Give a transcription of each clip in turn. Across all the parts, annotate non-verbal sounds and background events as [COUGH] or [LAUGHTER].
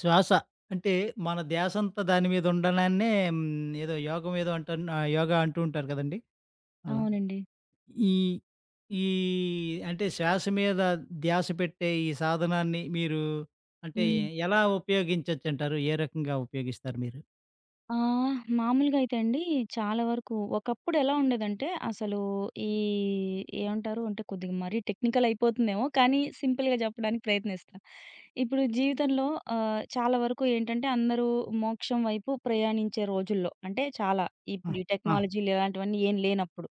శ్వాస అంటే మన ధ్యాసంతా దాని మీద ఉండడాన్నే హ్మ్, ఏదో యోగం ఏదో అంటన్ యోగా అంటూ ఉంటారు కదండీ! అలా. అవునండి. ఈ ఈ అంటే శ్వాస మీద ధ్యాస పెట్టే ఈ సాధనాన్ని మీరు అంటే హ్మ్. ఎలా ఉపయోగించొచ్చంటారు? ఏ రకంగా ఉపయోగిస్తారు మీరు? మామూలుగా అయితే అండి, చాలా వరకు ఒకప్పుడు ఎలా ఉండేదంటే అసలు ఈ ఏమంటారు అంటే కొద్దిగా మరీ టెక్నికల్ అయిపోతుందేమో కానీ సింపుల్‌గా చెప్పడానికి ప్రయత్నిస్తా. ఇప్పుడు జీవితంలో చాలా వరకు ఏంటంటే అందరూ మోక్షం వైపు ప్రయాణించే రోజుల్లో అంటే చాలా ఆ! ఇప్పుడు ఈ ఆ! టెక్నాలజీలు ఇలాంటివన్నీ ఏం లేనప్పుడు.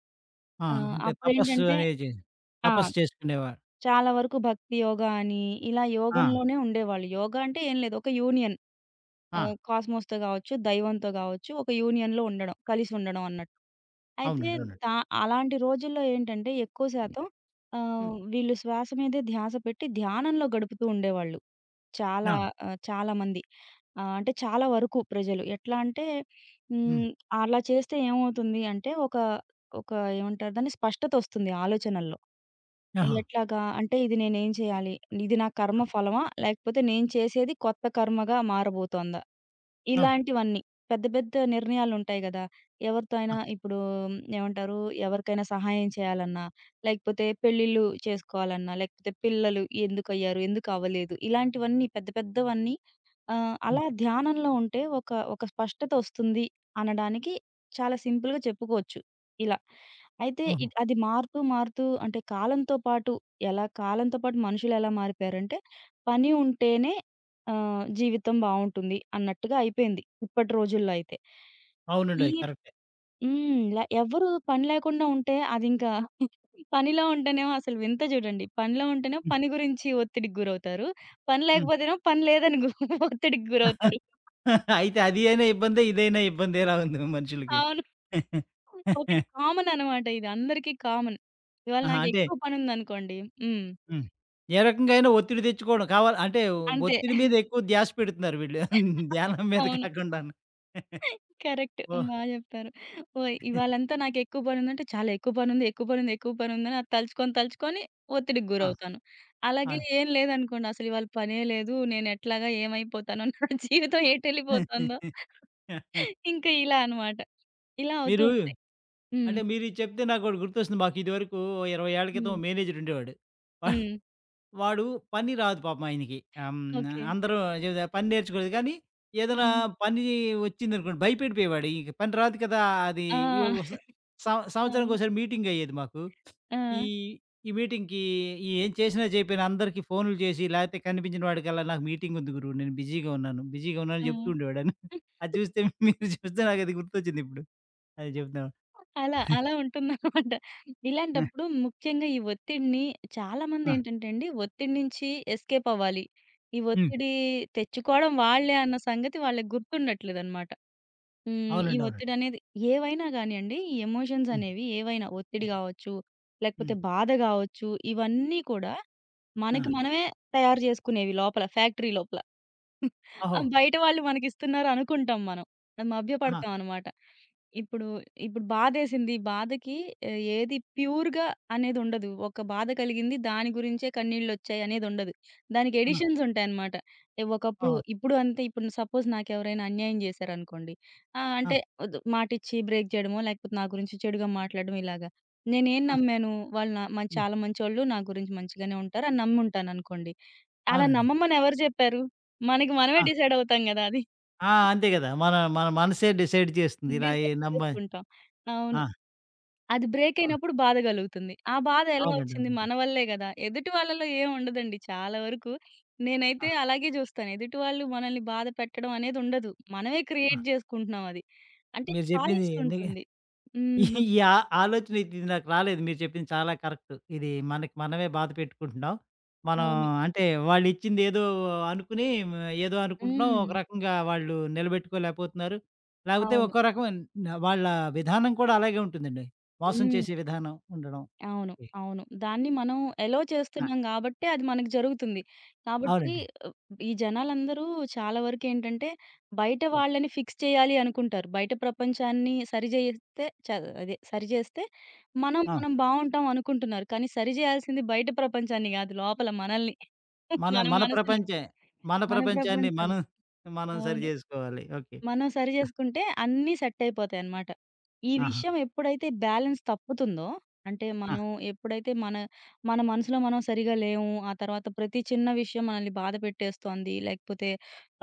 ఆ! ఆ! అంటే తపస్సు అప్పుడేంటంటే అనేది చే ఆ! తపస్సు చేసుకునేవారు. చాలా వరకు భక్తి యోగా అని ఇలా ఆ! యోగంలోనే ఉండేవాళ్ళు. యోగా అంటే ఏం లేదు, ఒక యూనియన్. ఆ! కాస్మోస్‌తో గావచ్చు, దైవంతో గావచ్చు, ఒక యూనియన్‌లో ఉండడం. కలిసి ఉండడం అన్నట్టు. అవునండి. అయితే అవునండి. దా అలాంటి రోజుల్లో ఏంటంటే, ఎక్కువ శాతం హ్మ్. వీళ్ళు శ్వాస మీదే ధ్యాస పెట్టి ధ్యానంలో గడుపుతూ ఉండేవాళ్ళు. చాలా ఆ! చాలామంది. అంటే చాలా వరకు ప్రజలు. ఎట్లా అంటే హ్మ్. హ్మ్, అలా చేస్తే ఏమవుతుంది అంటే ఒక ఒక ఏమంటారు దాన్ని, స్పష్టతొస్తుంది ఆలోచనల్లో. ఆహా! ఎట్లాగా అంటే, ఇది నేనేం చేయాలి? ఇది నా కర్మ ఆ! ఫలమా? లేకపోతే నేను చేసేది కొత్త కర్మగా మారబోతోందా? ఆ! ఇలాంటివన్నీ. పెద్ద పెద్ద నిర్ణయాలుంటాయి గదా! ఎవరితో ఆ! అయినా ఇప్పుడు, ఏమంటారు? ఎవరికైనా సహాయం చేయాలన్నా, లేకపోతే పెళ్ళిళ్ళు చేసుకోవాలన్నా, లేకపోతే పిల్లలు ఎందుకయ్యారు? ఎందుకు అవ్వలేదు? ఇలాంటివన్నీ పెద్ద పెద్దవన్నీ హ్మ్. అలా ధ్యానంలో ఉంటే ఒక ఒక స్పష్టత ఒస్తుంది అనడానికి. చాలా సింపుల్‌గా చెప్పుకోవచ్చు ఇలా. అయితే ఓహో! అది మారుతూ మారుతూ, అంటే కాలంతో పాటు ఎలా, కాలంతో పాటు మనుషులెలా మారిపోయారంటే, పని ఉంటేనే జీవితం బావుంటుంది అన్నట్టుగా అయిపోయింది ఇప్పటి రోజుల్లో అయితే. ఈ అవునండోయ్ కరెక్టే. హ్మ్. ల ఎవరు పని లేకుండా ఉంటే అదింకా [LAUGHS] పనిలో ఉంటేనేమో అసలు వింత చూడండి. పనిలో ఉంటేనేమో హ్మ్. పని గురించి ఒత్తిడికి గురవుతారు. పని లేకపోతేనేమో పని లేదని [LAUGHS] ఒత్తిడికి గురవుతారు. హ్మ్. అయితే అది అయినా ఇబ్బందే. ఇదైనా ఇబ్బందే ఎలా ఉంది మనుషులకి. అవును. ఒకటి కామన్ అనమాట ఇది. అందరికీ కామన్. ఇవాళ ఆహా! నాకు అంటే ఎక్కువ పనుందనుకోండి. హ్మ్. హ్మ్. ఏ రకంగా అయినా ఒత్తిడి తెచ్చుకోవడం కావాలి అంటే అంతే. ఒత్తిడి మీద ఎక్కువ ధ్యాస పెడుతున్నారు వీళ్ళు. [LAUGHS] ధ్యానం మీద అవును. కాకుండాను. కరెక్ట్. ఓహ్! బా జెప్పారు. ఓహ్! ఇవాళంతా నాకెక్కువ పనుందంటే, చాలా ఎక్కువ పనుంది, ఎక్కువ పనుంది, ఎక్కువ పనుందని అది తలుచుకొని, తలుచుకొని ఒత్తిడికి ఆ! గురవుతాను. ఆ! అలాగే ఏం లేదనుకోండి, అసలు ఇవాళ పనే లేదు, నేనెట్లాగా ఏమైపోతానో, [LAUGHS] నా జీవితం ఎటెళ్ళిపోతుందో, ఇంకా ఇలా అనమాట. ఇలా అవుతూ మీరు ఉంటాయి. హ్మ్. మీరు ఇది చెప్తే నాకోటి గుర్తొస్తుంది. మాకు ఇదివరకు ఓ 20 ఏళ్ల హ్మ్. క్రితం మేనేజర్ ఉండేవాడు. హ్మ్. వాడు పని రాదు పాపం ఆయనకి. హ్మ్. ఓకే. అందరూ చెబుతా పని నేర్చుకోలేదు కానీ, ఏదైనా హ్మ్. పని వచ్చిందనుకోండి భయపడిపోయేవాడు. ఇక పని రాదు కదా! అది ఆ! ఇగో స సం అవును. సంవత్సరానికోసారి మీటింగ్ అయ్యేది మాకు. ఆ! ఈ ఈ మీటింగ్‌కి ఏం చేసినా చేయకపోయినా అందరికీ ఫోన్‌లు చేసి, లేకపోతే కనిపించిన వాడికల్లా నాకు మీటింగ్ ఉంది గురువు నేను బిజీగా ఉన్నాను, బిజీగా ఆ! ఉన్నానని చెప్తూ ఉండేవాడు ఆయన. అది చూస్తే మీరు చూస్తే నాకది గుర్తొచ్చిందిప్పుడు. అది చెప్తున్నాను. అలా, అలా ఉంటుందనమాట. ఆ! ఇలాంటప్పుడు ముఖ్యంగా ఈ ఒత్తిడిని, ఆ! చాలామందేంటంటే అండి, ఒత్తిడి నుంచి ఎస్కేప్ అవ్వాలి. ఈ హ్మ్. ఒత్తిడి తెచ్చుకోవడం వాళ్ళే అన్న సంగతి వాళ్ళకి గుర్తుండట్లేదనమాట. హ్మ్. ఈ అవునండి. అవునండి. ఒత్తిడనేది ఏవైనా గానియండి, ఈ ఎమోషన్స్ హ్మ్. అనేవి, ఏవైనా ఒత్తిడి హ్మ్. గావచ్చు, లేకపోతే హ్మ్. బాధ గావచ్చు, ఇవన్నీ కూడా ఆ! మనకి మనమే తయారు జేసుకునేవి లోపల, ఫ్యాక్టరీ లోపల. ఆ! ఓహో! బయట వాళ్ళు మనకిస్తున్నారు అనుకుంటాం మనం. అది ఆహా! మభ్యపడతాం అనమాట. ఇప్పుడు, ఇప్పుడు బాధేసింది. బాధకి ఏది ప్యూర్‌గా అనేదుండదు. ఒక బాధ కలిగింది, దాని గురించే కన్నీళ్ళొచ్చాయి అనేదుండదు. దానికి ఆ! ఎడిషన్స్ ఉంటాయనమాట. ఒకప్పుడు, ఓహో! ఇప్పుడు అంతే, ఇప్పుడు సపోజ్ నాకెవరైనా అన్యాయం జేశారనుకోండి. ఆ! ఆ! అంటే మాటిచ్చి బ్రేక్ జేయడమో, లేకపోతే నా గురించి చెడుగా మాట్లాడడం ఇలాగా. నేనేం నమ్మాను, వాళ్ళు నా హ్మ్. చాలా మంచోళ్ళు, నా గురించి మంచిగానే ఉంటారు అని నమ్ముంటాననుకోండి. అలా అవునండి. నమ్మమని ఎవరు జెప్పారు? మనకి మనమే ఆ! డిసైడ్ అవుతాం గదా, అది. ఆ! అంతే గదా! మన మన మనసే డిసైడ్ చేస్తుంది. ఇలా ఏ డిసైడ్ నమ్మ చేసుకుంటాం. అవును. ఆ! అది బ్రేక్ అవును. అయినప్పుడు బాధ గలుగుతుంది. ఆ బాధ ఎలా అవునండి. వచ్చింది? అవునండి. మన వల్లే గదా! ఎదుటి వాళ్ళలో ఏం ఉండదండి చాలా వరకు. ఆ! నేనైతే అలాగే జూస్తాను. ఎదుటి వాళ్ళు మనల్ని బాధ పెట్టడం అనేది ఉండదు. మనమే ఆ! క్రియేట్ జేసుకుంటున్నాం అది. అంటే మీరు జెప్పింది చాయిస్ ని ఉంటుంది. ఈ హ్మ్. ఈ ఆ ఆలోచన ఇది నాకు రాలేదు. మీరు చెప్పింది చాలా కరెక్ట్. ఇది మనకి మనమే బాధ పెట్టుకుంటున్నాం. మనం అవును. అంటే వాళ్ళిచ్చింది ఏదో అనుకుని మ ఏదో అనుకుంటున్నాం. ఒక హ్మ్. రకంగా వాళ్ళు నిలబెట్టుకోలేకపోతున్నారు. లేకపోతే అవును. ఒక్కో రకమైన వాళ్ళ విధానం కూడా అలాగే ఉంటుందండి. మోసం హ్మ్. చేసే విధానం ఉండడం. అవును. అవును. దాన్ని మనం ఎలో ఆ! చేస్తున్నాం గాబట్టే అది మనకు జరుగుతుంది. కాబట్టి అవునండి. ఆహ్, ఈ జనాలందరూ చాలా వరకేంటంటే, బయట హ్మ్. వాళ్ళని ఫిక్స్ చేయాలి అనుకుంటారు. బయట ప్రపంచాన్ని సరిజేస్తే అదే సరిజేస్తే మనం ఆ! మనం బావుంటాం అనుకుంటున్నారు. కానీ సరిజేయాల్సింది బయట ప్రపంచాన్ని గాదు, లోపల మనల్ని. మన [LAUGHS] మన మన మనసుని, ప్రపంచే. మన మన ప్రపంచాన్ని ప్రపంచాన్ని. మనం, మనం సరి అవును. చేసుకోవాలి. ఓకే. మనం సరి జేసుకుంటే అన్నీ సెట్టయిపోతాయనమాట. ఈ ఆహా! విషయం ఎప్పుడైతే బ్యాలెన్స్ తప్పుతుందో, అంటే ఆ! మనం ఎప్పుడైతే మన మన మనసులో మనం సరిగా లేము, ఆ తర్వాత ప్రతి చిన్న విషయం మనల్ని బాధ పెట్టేస్తోంది, లేకపోతే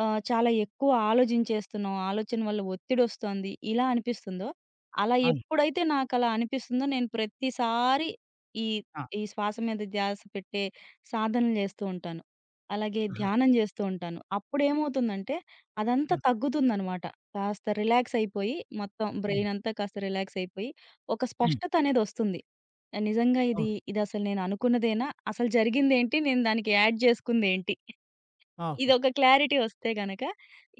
చాలా ఎక్కువ ఆలోచించేస్తున్నాం, ఆలోచన వల్ల ఒత్తిడొస్తోంది, ఇలా అనిపిస్తుందో, అలా అవును. ఎప్పుడైతే నాకలా అనిపిస్తుందో, నేను ప్రతిసారి ఈ ఆ! ఈ శ్వాస మీద ధ్యాస పెట్టే సాధనలు జేస్తూ ఉంటాను. అలాగే ఆహా! ధ్యానం జేస్తూ ఉంటాను. అప్పుడేమవుతుందంటే అదంతా హ్మ్. తగ్గుతుందనమాట. కాస్త రిలాక్స్ అయిపోయి, మొత్తం హ్మ్. బ్రెయిన్ అంతా కాస్త రిలాక్స్ అయిపోయి, ఒక హ్మ్. స్పష్టత అనేదొస్తుంది. నిజంగా ఇది, అవును. ఇదసలు నేను అనుకున్నదేనా? అసలు జరిగిందేంటి? నేను దానికి యాడ్ జేసుకుందేంటి? ఆ! ఓకే. ఇదొక క్లారిటీ వస్తే గనక,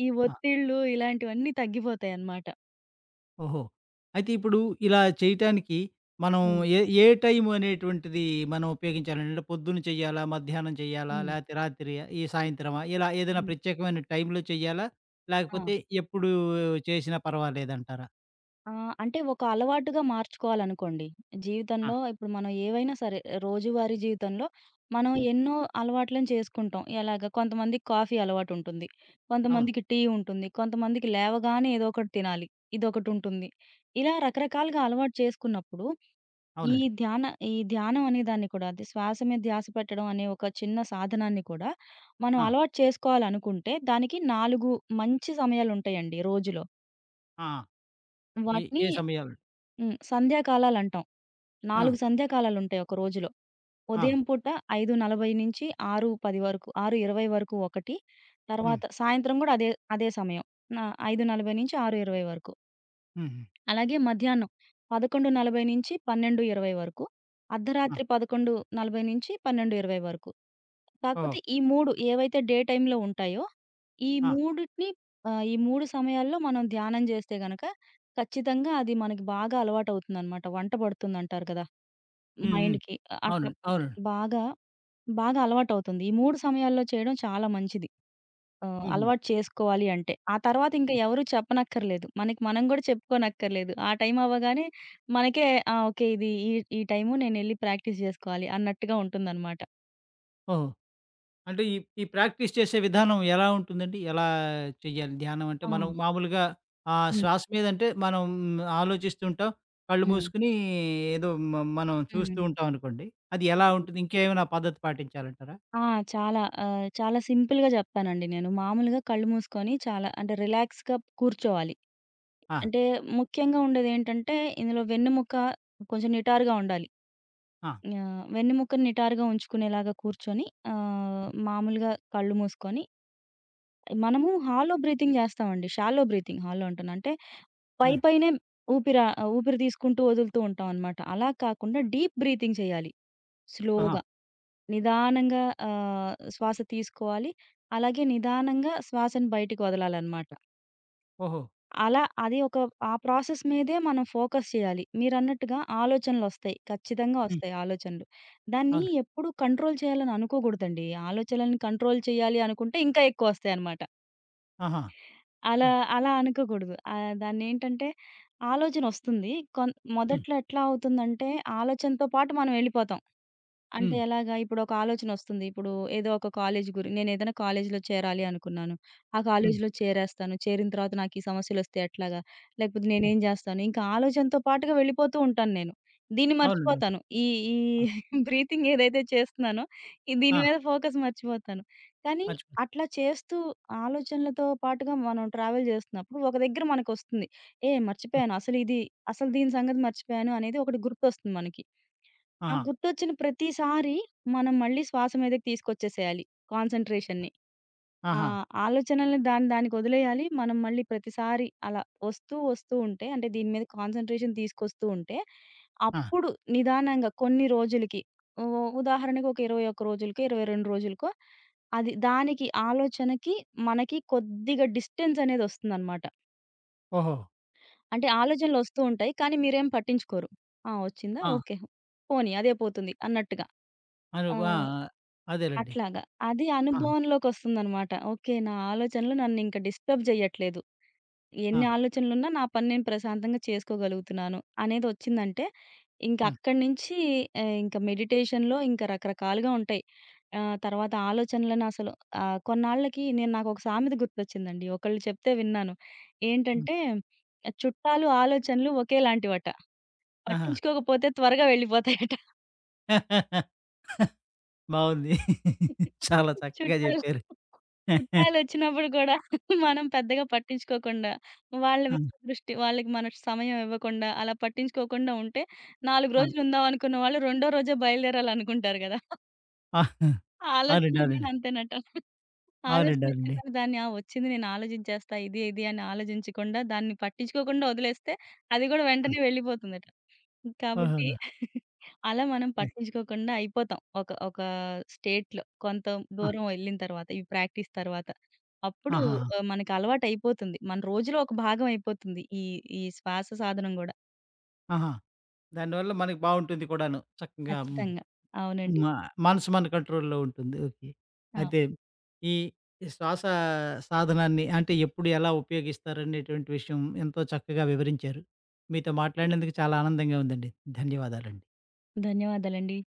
ఈ ఆ! ఒత్తిళ్ళు ఇలాంటివన్నీ తగ్గిపోతాయనమాట. ఓహో! అయితే ఇప్పుడు ఇలా చేయటానికి మనం హ్మ్. ఏ టైం అనేటువంటిది మనం ఉపయోగించాలండి? అంటే పొద్దున చెయ్యాలా? మధ్యాహ్నం చెయ్యాలా? హ్మ్. లేకపోతే రాత్రియా? ఈ సాయంత్రమా? ఇలా ఏదైనా హ్మ్. ప్రత్యేకమైన టైంలో చెయ్యాలా? ఆ! లేకపోతే ఎప్పుడు చేసినా పర్వాలేదంటారా? ఆ! అంటే ఒక అలవాటుగా మార్చుకోవాలనుకోండి. ఆ! జీవితంలో ఇప్పుడు మనం ఏవైనా సరే, రోజువారీ జీవితంలో మనం హ్మ్. ఎన్నో అలవాట్లను చేసుకుంటాం. ఎలాగ, కొంతమందికి కాఫీ అలవాటుంటుంది. అవును. కొంతమందికి టీ ఉంటుంది. కొంతమందికి లేవగానే ఏదో ఒకటి తినాలి, ఇదొకటుంటుంది. ఇలా రకరకాలుగా అలవాటు చేసుకున్నప్పుడు, ఈ అవునండి. ధ్యాన ఈ ధ్యానం అనే దాన్ని కూడా, అది శ్వాస మీద ధ్యాస పెట్టడం అనే ఒక చిన్న సాధనాన్ని కూడా మనం ఆ! అలవాటు చేసుకోవాలనుకుంటే, దానికి 4 మంచి సమయాలుంటాయండి రోజులో. ఆ! ఏ, వాటిని ఏ సమయాలు? హ్మ్. సంధ్యాకాలాలంటాం. ఆ! 4 సంధ్యాకాలాలుంటాయి ఒక రోజులో. ఆ! ఉదయం పూట 5:40 నుంచి 6:10 వరకు, 6:20 వరకు ఒకటి. హ్మ్. తర్వాత సాయంత్రం గూడా అదే, అదే సమయం. నా 5:40-6:20 వరకు. హుహు. అలాగే మధ్యాహ్నం 11:40-12:20 వరకు. ఆ! అర్ధరాత్రి 11:40-12:20 వరకు. ఓహో! కాకపోతే ఈ 3 ఏవైతే డే టైమ్‌లో ఉంటాయో, ఈ ఆ! మూడిటిని, ఈ 3 సమయాల్లో మనం ధ్యానం జేస్తే గనక, ఖచ్చితంగా అది మనకి బాగా అలవాటవుతుందనమాట. వంట పడుతుందంటారు కదా, హ్మ్. హ్మ్. మైండ్‌కి. అట్లా అవునండి. అవునండి. బాగా, బాగా అలవాటవుతుంది. ఈ 3 సమయాల్లో చేయడం చాలా మంచిది. హుహు. అలవాటు చేసుకోవాలి అంటే. ఆ తర్వాత ఇంక ఎవరు చెప్పనక్కర్లేదు. మనకి మనం గూడా చెప్పుకోనక్కర్లేదు. ఆ టైం అవ్వగానే మనకే, ఆ! ఓకే. ఇది ఈ ఈ టైము నేనెళ్లి ప్రాక్టీస్ జేసుకోవాలి అన్నట్టుగా ఉంటుందనమాట. ఓహో! అంటే ఈ ఈ ప్రాక్టీస్ చేసే విధానం ఎలా ఉంటుందండి? ఎలా చెయ్యాలి ధ్యానం అంటే? ఆ! మనం మామూలుగా హ్మ్. శ్వాస మీదంటే మనం ఆలోచిస్తుంటాం. కళ్ళు హ్మ్. మూసుకొని ఏదో మ మనం చూస్తూ హ్మ్. ఉంటాం అనుకోండి. అది ఎలా ఉంటుంది? ఇంకేమైనా పద్ధతి పాటించాలంటారా? ఆ! చాలా చాలా సింపుల్‌గా జెప్తానండి నేను. మామూలుగా కళ్ళు మూసుకొని చాలా, అంటే రిలాక్స్‌గా కూర్చోవాలి. ఆ! అంటే, ముఖ్యంగా ఉండేదేంటంటే, ఇందులో వెన్నెముక కొంచెం నిటారుగా ఉండాలి. ఆ! యాహ్! వెన్నెముకని నిటారుగా ఉంచుకునేలాగా కూర్చొని హ్మ్. మామూలుగా కళ్ళు మూసుకొని మనము హాలో బ్రీతింగ్ జేస్తామండి. షాలో బ్రీతింగ్, హాలో అంటున్నా. అంటే పై హ్మ్. పైనే ఊపిరి తీసుకుంటూ వదులుతూ ఉంటామనమాట. అలా కాకుండా డీప్ బ్రీతింగ్ చేయాలి. ఆహా! స్లోగా, నిదానంగా శ్వాస తీసుకోవాలి. అలాగే నిదానంగా శ్వాసను బయటికి వదలాలనమాట. ఓహో! అలా అది ఒక, ఆ ప్రాసెస్ మీదే మనం ఫోకస్ చేయాలి. మీరన్నట్టుగా ఆలోచనలొస్తాయి. ఖచ్చితంగా హ్మ్. వస్తాయి ఆలోచనలు. దాన్ని అవును. ఎప్పుడు కంట్రోల్ చేయాలని అనుకోకూడదండి. ఆలోచనలను కంట్రోల్ చేయాలి అనుకుంటే ఇంకా ఎక్కువొస్తాయన్నమాట. ఆహా! అలా ఓకే. అలా అనుకోకూడదు. దాన్నేంటంటే, ఆలోచనొస్తుంది. హ్మ్. మొదట్లో ఎట్లా అవుతుందంటే, ఆలోచనతో పాటు మనం వెళ్ళిపోతాం. అంటే హ్మ్. ఎలాగా? ఇప్పుడొక ఆలోచనొస్తుంది. ఇప్పుడు ఏదో ఒక కాలేజ్ నేనేదైనా కాలేజ్‌లో చేరాలి అనుకున్నాను. ఆ హ్మ్. కాలేజ్‌లో చేరేస్తాను. చేరిన తర్వాత నాకు ఈ సమస్యలొస్తే ఎట్లాగా? లేకపోతే హ్మ్. నేనేం జేస్తాను? ఇంకా ఆలోచనతో పాటుగా వెళ్ళిపోతూ ఉంటాను నేను. దీన్ని అవునండి. మర్చిపోతాను. ఈ ఈ అవును. [LAUGHS] బ్రీతింగ్ ఏదైతే చేస్తున్నానో, ఈ దీని ఆ! మీద ఫోకస్ మర్చిపోతాను. కానీ మర్చిపోయాను. అట్లా చేస్తూ ఆలోచనలతో పాటుగా మనం ట్రావెల్ జేస్తున్నప్పుడు ఒక దగ్గర మనకొస్తుంది. హ్మ్. మర్చిపోయాను. అసలు దీని సంగతి మర్చిపోయాను అనేది ఒకటి గుర్తొస్తుంది మనకి. ఆ! ఆహా! గుర్తొచ్చిన ప్రతిసారి మనం మళ్ళీ శ్వాస మీదకి తీసుకొచ్చేసేయాలి, కాన్సంట్రేషన్‌ని. ఆ ఆహా! ఆలోచనల్ని దాని దానికొదిలేయాలి. మనం మళ్ళీ ప్రతిసారి అలా వస్తూ, వస్తూ ఉంటే, అంటే దీని మీద కాన్సంట్రేషన్ తీసుకొస్తూ ఉంటే, ఆ! అప్పుడు నిదానంగా కొన్ని రోజులకి, ఉ ఉదాహరణకు ఒక 21 రోజులకో, 22 రోజులకో అది, దానికి ఆలోచనకి, మనకి కొద్దిగా డిస్టెన్స్ అనేదొస్తుందనమాట. ఓహో! అంటే ఆలోచనలొస్తూ ఉంటాయి, కానీ మీరేం పట్టించుకోరు. ఆ! వచ్చిందా? ఆ! ఓకే. పోనీ అదే పోతుంది అన్నట్టుగా. ఆ! అనుబ్ ఆ! ఆ! అదేలెండి. అట్లాగా. అది ఆహా! అనుభవంలోకొస్తుందనమాట. ఓకే. నా ఆలోచనలు నన్నింక డిస్టర్బ్ జెయ్యట్లేదు. ఆ! ఎన్ని ఆలోచనలున్నా నా పని నేను ప్రశాంతంగా చేసుకోగలుగుతున్నాను అనేదొచ్చిందంటే, ఇంక హ్మ్. అక్కడి నుంచి ఇంక మెడిటేషన్‌లో ఇంక రకరకాలుగా ఉంటాయి. తర్వాత ఆలోచనలను అసలు కొన్నాళ్ళకి నేను, నాకొక సామెత గుర్తొచ్చిందండి. ఒకళ్ళు చెప్తే విన్నాను. హ్మ్. ఏంటంటే, చుట్టాలు ఆలోచనలు ఒకేలాంటివట. ఆహా! పట్టించుకోకపోతే త్వరగా వెళ్ళిపోతాయట. [LAUGHS] బావుంది. చాలా చక్కగా చుట్టాలు చెప్పారు. చుట్టాలొచ్చినప్పుడు గూడా మనం పెద్దగా పట్టించుకోకుండా, వాళ్ళ ఆ! మీద దృష్టి, వాళ్ళకి మన సమయం ఇవ్వకుండా, అలా పట్టించుకోకుండా ఉంటే, 4 ఆ! రోజులు ఉందాం అనుకున్న వాళ్ళు రెండో రోజే బయలుదేరాలనుకుంటారు గదా! ఆ! ఆ అవునండి. ఆలోచనలు గూడా అవునండి. అంతేనట. అవునండి. ఆలోచన అవునండి. వచ్చిందని దాన్ని, ఆ! వచ్చింది నేను ఆలోచించేస్తా, ఇది, ఇది అని ఆలోచించకుండా, దాన్ని పట్టించుకోకుండా వదిలేస్తే, అది గూడా హ్మ్. వెంటనే వెళ్ళిపోతుందట. ఓహో! కాబట్టి [LAUGHS] అలా మనం హ్మ్. పట్టించుకోకుండా అయిపోతాం. ఒక ఒక స్టేట్‌లో కొంత ఆ! దూరం వెళ్ళిన తర్వాత, ఈ ప్రాక్టీస్ తర్వాత. అప్పుడు ఆహాహా! మనకి అలవాటయిపోతుంది. మన రోజులో ఒక భాగం అయిపోతుంది, ఈ ఈ శ్వాస సాధనం గూడా. ఆహా! దానివల్ల మనకి బావుంటుంది కూడాను. చక్కగా హ్మ్. ఖచ్చితంగా. అవునండి. మ మనసు మన కంట్రోల్‌లో ఉంటుంది. ఓకే. ఆ! అయితే ఈ ఈ శ్వాస సాధనాన్ని అంటే ఎప్పుడు ఎలా ఉపయోగిస్తారనేటువంటి విషయం ఎంతో చక్కగా వివరించారు. మీతో మాట్లాడినందుకు చాలా ఆనందంగా ఉందండి. ధన్యవాదాలండి. ధన్యవాదాలండి.